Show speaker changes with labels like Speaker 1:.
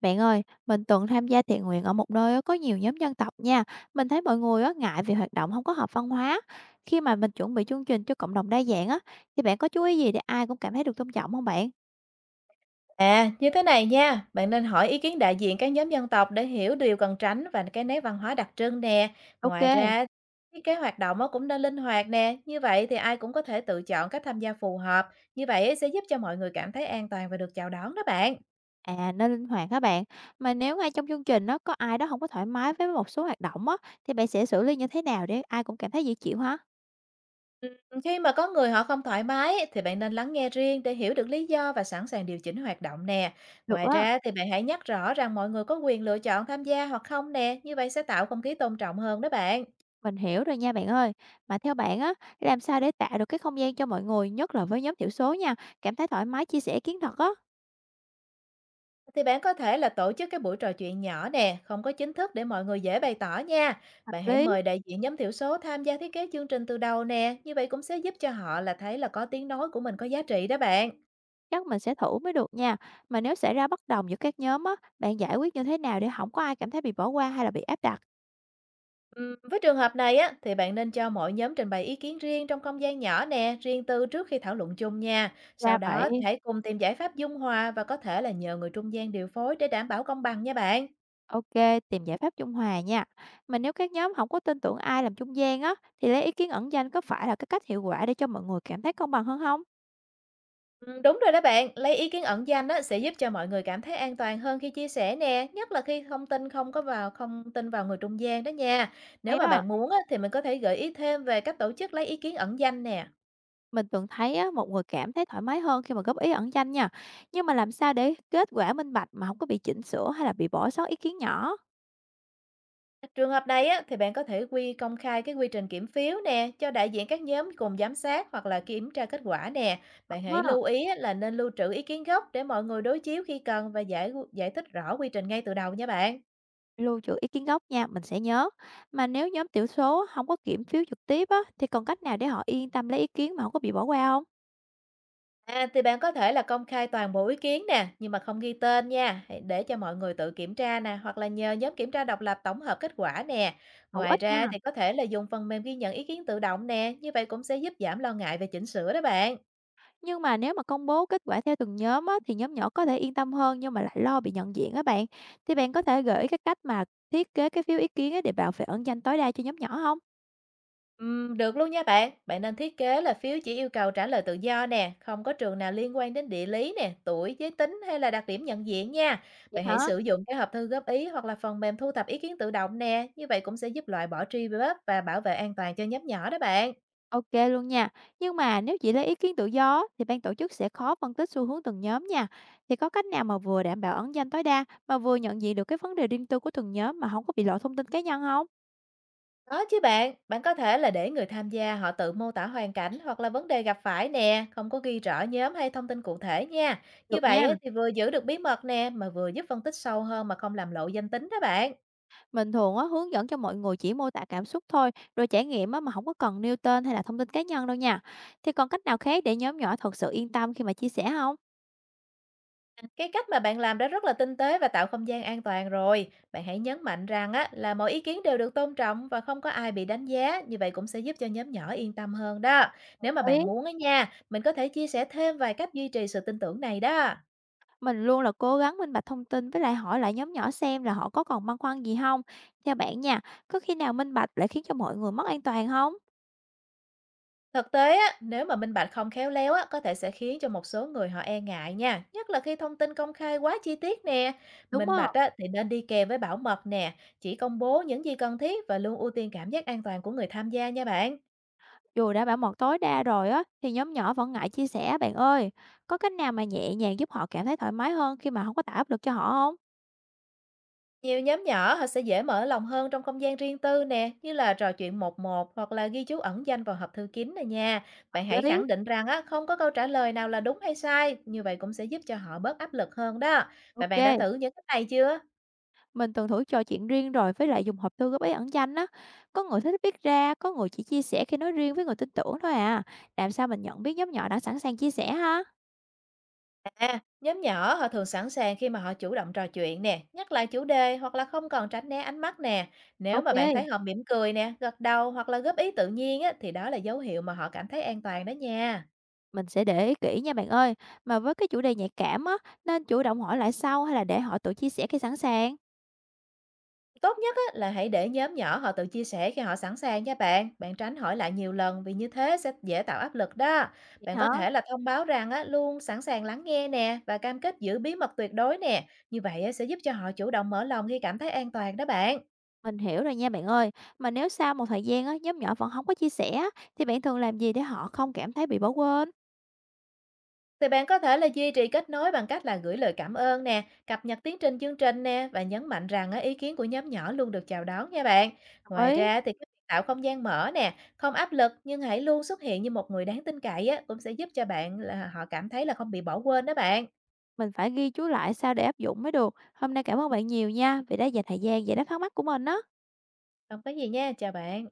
Speaker 1: Bạn ơi, mình từng tham gia thiện nguyện ở một nơi á, có nhiều nhóm dân tộc nha. Mình thấy mọi người á, ngại vì hoạt động không có hợp văn hóa. Khi mà mình chuẩn bị chương trình cho cộng đồng đa dạng á, thì bạn có chú ý gì để ai cũng cảm thấy được tôn trọng không bạn?
Speaker 2: À, như thế này nha, bạn nên hỏi ý kiến đại diện các nhóm dân tộc để hiểu điều cần tránh và cái nét văn hóa đặc trưng nè.
Speaker 1: Ok,
Speaker 2: Ngoài ra, thiết kế hoạt động á cũng nên linh hoạt nè, như vậy thì ai cũng có thể tự chọn cách tham gia phù hợp, như vậy sẽ giúp cho mọi người cảm thấy an toàn và được chào đón đó bạn.
Speaker 1: à nên linh hoạt các bạn. Mà nếu ngay trong chương trình nó có ai đó không có thoải mái với một số hoạt động á, thì bạn sẽ xử lý như thế nào để ai cũng cảm thấy dễ chịu hả?
Speaker 2: Ừ, khi mà có người họ không thoải mái thì bạn nên lắng nghe riêng để hiểu được lý do và sẵn sàng điều chỉnh hoạt động nè.
Speaker 1: Được
Speaker 2: Ngoài
Speaker 1: á,
Speaker 2: ra thì bạn hãy nhắc rõ rằng mọi người có quyền lựa chọn tham gia hoặc không nè, như vậy sẽ tạo không khí tôn trọng hơn đó bạn.
Speaker 1: mình hiểu rồi nha bạn ơi. Mà theo bạn á, làm sao để tạo được cái không gian cho mọi người, nhất là với nhóm thiểu số nha, cảm thấy thoải mái chia sẻ kiến thức á?
Speaker 2: Thì bạn có thể là tổ chức cái buổi trò chuyện nhỏ nè, không có chính thức để mọi người dễ bày tỏ nha.
Speaker 1: Hợp
Speaker 2: Bạn hãy
Speaker 1: lý.
Speaker 2: mời đại diện nhóm thiểu số tham gia thiết kế chương trình từ đầu nè, như vậy cũng sẽ giúp cho họ là thấy là có tiếng nói của mình có giá trị đó bạn.
Speaker 1: Chắc mình sẽ thử mới được nha. Mà nếu xảy ra bất đồng giữa các nhóm á, bạn giải quyết như thế nào để không có ai cảm thấy bị bỏ qua hay là bị áp đặt?
Speaker 2: Với trường hợp này á, thì bạn nên cho mỗi nhóm trình bày ý kiến riêng trong không gian nhỏ nè, riêng tư trước khi thảo luận chung nha. Sau
Speaker 1: Ra
Speaker 2: đó thì
Speaker 1: vậy,
Speaker 2: hãy cùng tìm giải pháp dung hòa và có thể là nhờ người trung gian điều phối để đảm bảo công bằng nha bạn.
Speaker 1: ok, tìm giải pháp trung hòa nha. Mà nếu các nhóm không có tin tưởng ai làm trung gian á, thì lấy ý kiến ẩn danh có phải là cái cách hiệu quả để cho mọi người cảm thấy công bằng hơn không?
Speaker 2: Đúng rồi đó bạn, lấy ý kiến ẩn danh á sẽ giúp cho mọi người cảm thấy an toàn hơn khi chia sẻ nè, nhất là khi thông tin không tin vào người trung gian đó nha. Nếu
Speaker 1: Hay
Speaker 2: mà
Speaker 1: đó,
Speaker 2: bạn muốn á thì mình có thể gợi ý thêm về cách tổ chức lấy ý kiến ẩn danh nè.
Speaker 1: mình từng thấy á, một người cảm thấy thoải mái hơn khi mà góp ý ẩn danh nha. Nhưng mà làm sao để kết quả minh bạch mà không có bị chỉnh sửa hay là bị bỏ sót ý kiến nhỏ?
Speaker 2: Trường hợp này á thì bạn có thể quy công khai cái quy trình kiểm phiếu nè, cho đại diện các nhóm cùng giám sát hoặc là kiểm tra kết quả nè. Bạn
Speaker 1: Hổng
Speaker 2: hãy
Speaker 1: á.
Speaker 2: lưu ý á, là nên lưu trữ ý kiến gốc để mọi người đối chiếu khi cần và giải giải thích rõ quy trình ngay từ đầu nha bạn.
Speaker 1: Lưu trữ ý kiến gốc nha, mình sẽ nhớ. Mà nếu nhóm thiểu số không có kiểm phiếu trực tiếp á, thì còn cách nào để họ yên tâm lấy ý kiến mà không có bị bỏ qua không?
Speaker 2: À, thì bạn có thể là công khai toàn bộ ý kiến nè, nhưng mà không ghi tên nha, hãy để cho mọi người tự kiểm tra nè, hoặc là nhờ nhóm kiểm tra độc lập tổng hợp kết quả nè.
Speaker 1: Hữu
Speaker 2: Ngoài
Speaker 1: ích nha.
Speaker 2: ra thì có thể là dùng phần mềm ghi nhận ý kiến tự động nè, như vậy cũng sẽ giúp giảm lo ngại về chỉnh sửa đó bạn.
Speaker 1: Nhưng mà nếu mà công bố kết quả theo từng nhóm á, thì nhóm nhỏ có thể yên tâm hơn nhưng mà lại lo bị nhận diện á bạn. Thì bạn có thể gợi ý cái cách mà thiết kế cái phiếu ý kiến á để bảo vệ ẩn danh tối đa cho nhóm nhỏ không?
Speaker 2: Được luôn nha bạn. Bạn nên thiết kế là phiếu chỉ yêu cầu trả lời tự do nè, không có trường nào liên quan đến địa lý nè, tuổi, giới tính hay là đặc điểm nhận diện nha.
Speaker 1: Vậy
Speaker 2: Bạn hãy
Speaker 1: hả?
Speaker 2: sử dụng cái hộp thư góp ý hoặc là phần mềm thu thập ý kiến tự động nè, như vậy cũng sẽ giúp loại bỏ truy vết và bảo vệ an toàn cho nhóm nhỏ đó bạn.
Speaker 1: OK luôn nha. Nhưng mà nếu chỉ lấy ý kiến tự do á, thì ban tổ chức sẽ khó phân tích xu hướng từng nhóm nha. Thì có cách nào mà vừa đảm bảo ẩn danh tối đa, mà vừa nhận diện được cái vấn đề riêng tư của từng nhóm mà không có bị lộ thông tin cá nhân không?
Speaker 2: Có chứ bạn, bạn có thể là để người tham gia họ tự mô tả hoàn cảnh hoặc là vấn đề gặp phải nè, không có ghi rõ nhóm hay thông tin cụ thể nha. Như
Speaker 1: Được
Speaker 2: vậy
Speaker 1: nha.
Speaker 2: á, thì vừa giữ được bí mật nè, mà vừa giúp phân tích sâu hơn mà không làm lộ danh tính đó bạn.
Speaker 1: Mình thường á, hướng dẫn cho mọi người chỉ mô tả cảm xúc thôi, rồi trải nghiệm á, mà không có cần nêu tên hay là thông tin cá nhân đâu nha. Thì còn cách nào khác để nhóm nhỏ thật sự yên tâm khi mà chia sẻ hông?
Speaker 2: Cái cách mà bạn làm đã rất là tinh tế và tạo không gian an toàn rồi. Bạn hãy nhấn mạnh rằng á, là mọi ý kiến đều được tôn trọng và không có ai bị đánh giá, như vậy cũng sẽ giúp cho nhóm nhỏ yên tâm hơn đó. Nếu mà bạn muốn á nha, mình có thể chia sẻ thêm vài cách duy trì sự tin tưởng này đó.
Speaker 1: Mình luôn là cố gắng minh bạch thông tin với lại hỏi lại nhóm nhỏ xem là họ có còn băn khoăn gì không. Theo bạn nha, có khi nào minh bạch lại khiến cho mọi người mất an toàn không?
Speaker 2: Thực tế á, nếu mà minh bạch không khéo léo á, có thể sẽ khiến cho một số người họ e ngại nha, nhất là khi thông tin công khai quá chi tiết nè.
Speaker 1: Đúng
Speaker 2: Minh bạch
Speaker 1: không?
Speaker 2: á, thì nên đi kèm với bảo mật nè, chỉ công bố những gì cần thiết và luôn ưu tiên cảm giác an toàn của người tham gia nha bạn.
Speaker 1: Dù đã bảo mật tối đa rồi á, thì nhóm nhỏ vẫn ngại chia sẻ bạn ơi. Có cách nào mà nhẹ nhàng giúp họ cảm thấy thoải mái hơn khi mà không có tạo áp lực cho họ không?
Speaker 2: Nhiều nhóm nhỏ họ sẽ dễ mở lòng hơn trong không gian riêng tư nè, như là trò chuyện một một hoặc là ghi chú ẩn danh vào hộp thư kín này nha. Bạn
Speaker 1: Hợp
Speaker 2: hãy
Speaker 1: lý.
Speaker 2: khẳng định rằng á, không có câu trả lời nào là đúng hay sai, như vậy cũng sẽ giúp cho họ bớt áp lực hơn đó.
Speaker 1: Ô,
Speaker 2: Và bạn đã thử những cách này chưa?
Speaker 1: mình từng thử trò chuyện riêng rồi với lại dùng hộp thư góp ý ẩn danh á. Có người thích viết ra, có người chỉ chia sẻ khi nói riêng với người tin tưởng thôi à. Làm sao mình nhận biết nhóm nhỏ đã sẵn sàng chia sẻ ha?
Speaker 2: À, nhóm nhỏ họ thường sẵn sàng khi mà họ chủ động trò chuyện nè, nhắc lại chủ đề hoặc là không còn tránh né ánh mắt nè. Nếu mà bạn
Speaker 1: Ok,
Speaker 2: thấy họ mỉm cười nè, gật đầu hoặc là góp ý tự nhiên á, thì đó là dấu hiệu mà họ cảm thấy an toàn đó nha.
Speaker 1: mình sẽ để ý kỹ nha bạn ơi. Mà với cái chủ đề nhạy cảm á, nên chủ động hỏi lại sau hay là để họ tự chia sẻ khi sẵn sàng?
Speaker 2: Tốt nhất á, là hãy để nhóm nhỏ họ tự chia sẻ khi họ sẵn sàng nha bạn. Bạn tránh hỏi lại nhiều lần vì như thế sẽ dễ tạo áp lực đó.
Speaker 1: Vậy
Speaker 2: Bạn có
Speaker 1: hả?
Speaker 2: thể là thông báo rằng á, luôn sẵn sàng lắng nghe nè và cam kết giữ bí mật tuyệt đối nè. Như vậy á, sẽ giúp cho họ chủ động mở lòng khi cảm thấy an toàn đó bạn.
Speaker 1: Mình hiểu rồi nha bạn ơi. Mà nếu sau một thời gian á, nhóm nhỏ vẫn không có chia sẻ á, thì bạn thường làm gì để họ không cảm thấy bị bỏ quên?
Speaker 2: Thì bạn có thể là duy trì kết nối bằng cách là gửi lời cảm ơn nè, cập nhật tiến trình chương trình nè và nhấn mạnh rằng á, ý kiến của nhóm nhỏ luôn được chào đón nha bạn.
Speaker 1: Đồng
Speaker 2: Ngoài
Speaker 1: ý.
Speaker 2: ra thì cái việc tạo không gian mở nè, không áp lực nhưng hãy luôn xuất hiện như một người đáng tin cậy á, cũng sẽ giúp cho bạn là họ cảm thấy là không bị bỏ quên đó bạn.
Speaker 1: Mình phải ghi chú lại sao để áp dụng mới được. Hôm nay cảm ơn bạn nhiều nha vì đã dành thời gian giải đáp thắc mắc của mình á.
Speaker 2: Không có gì nha, chào bạn.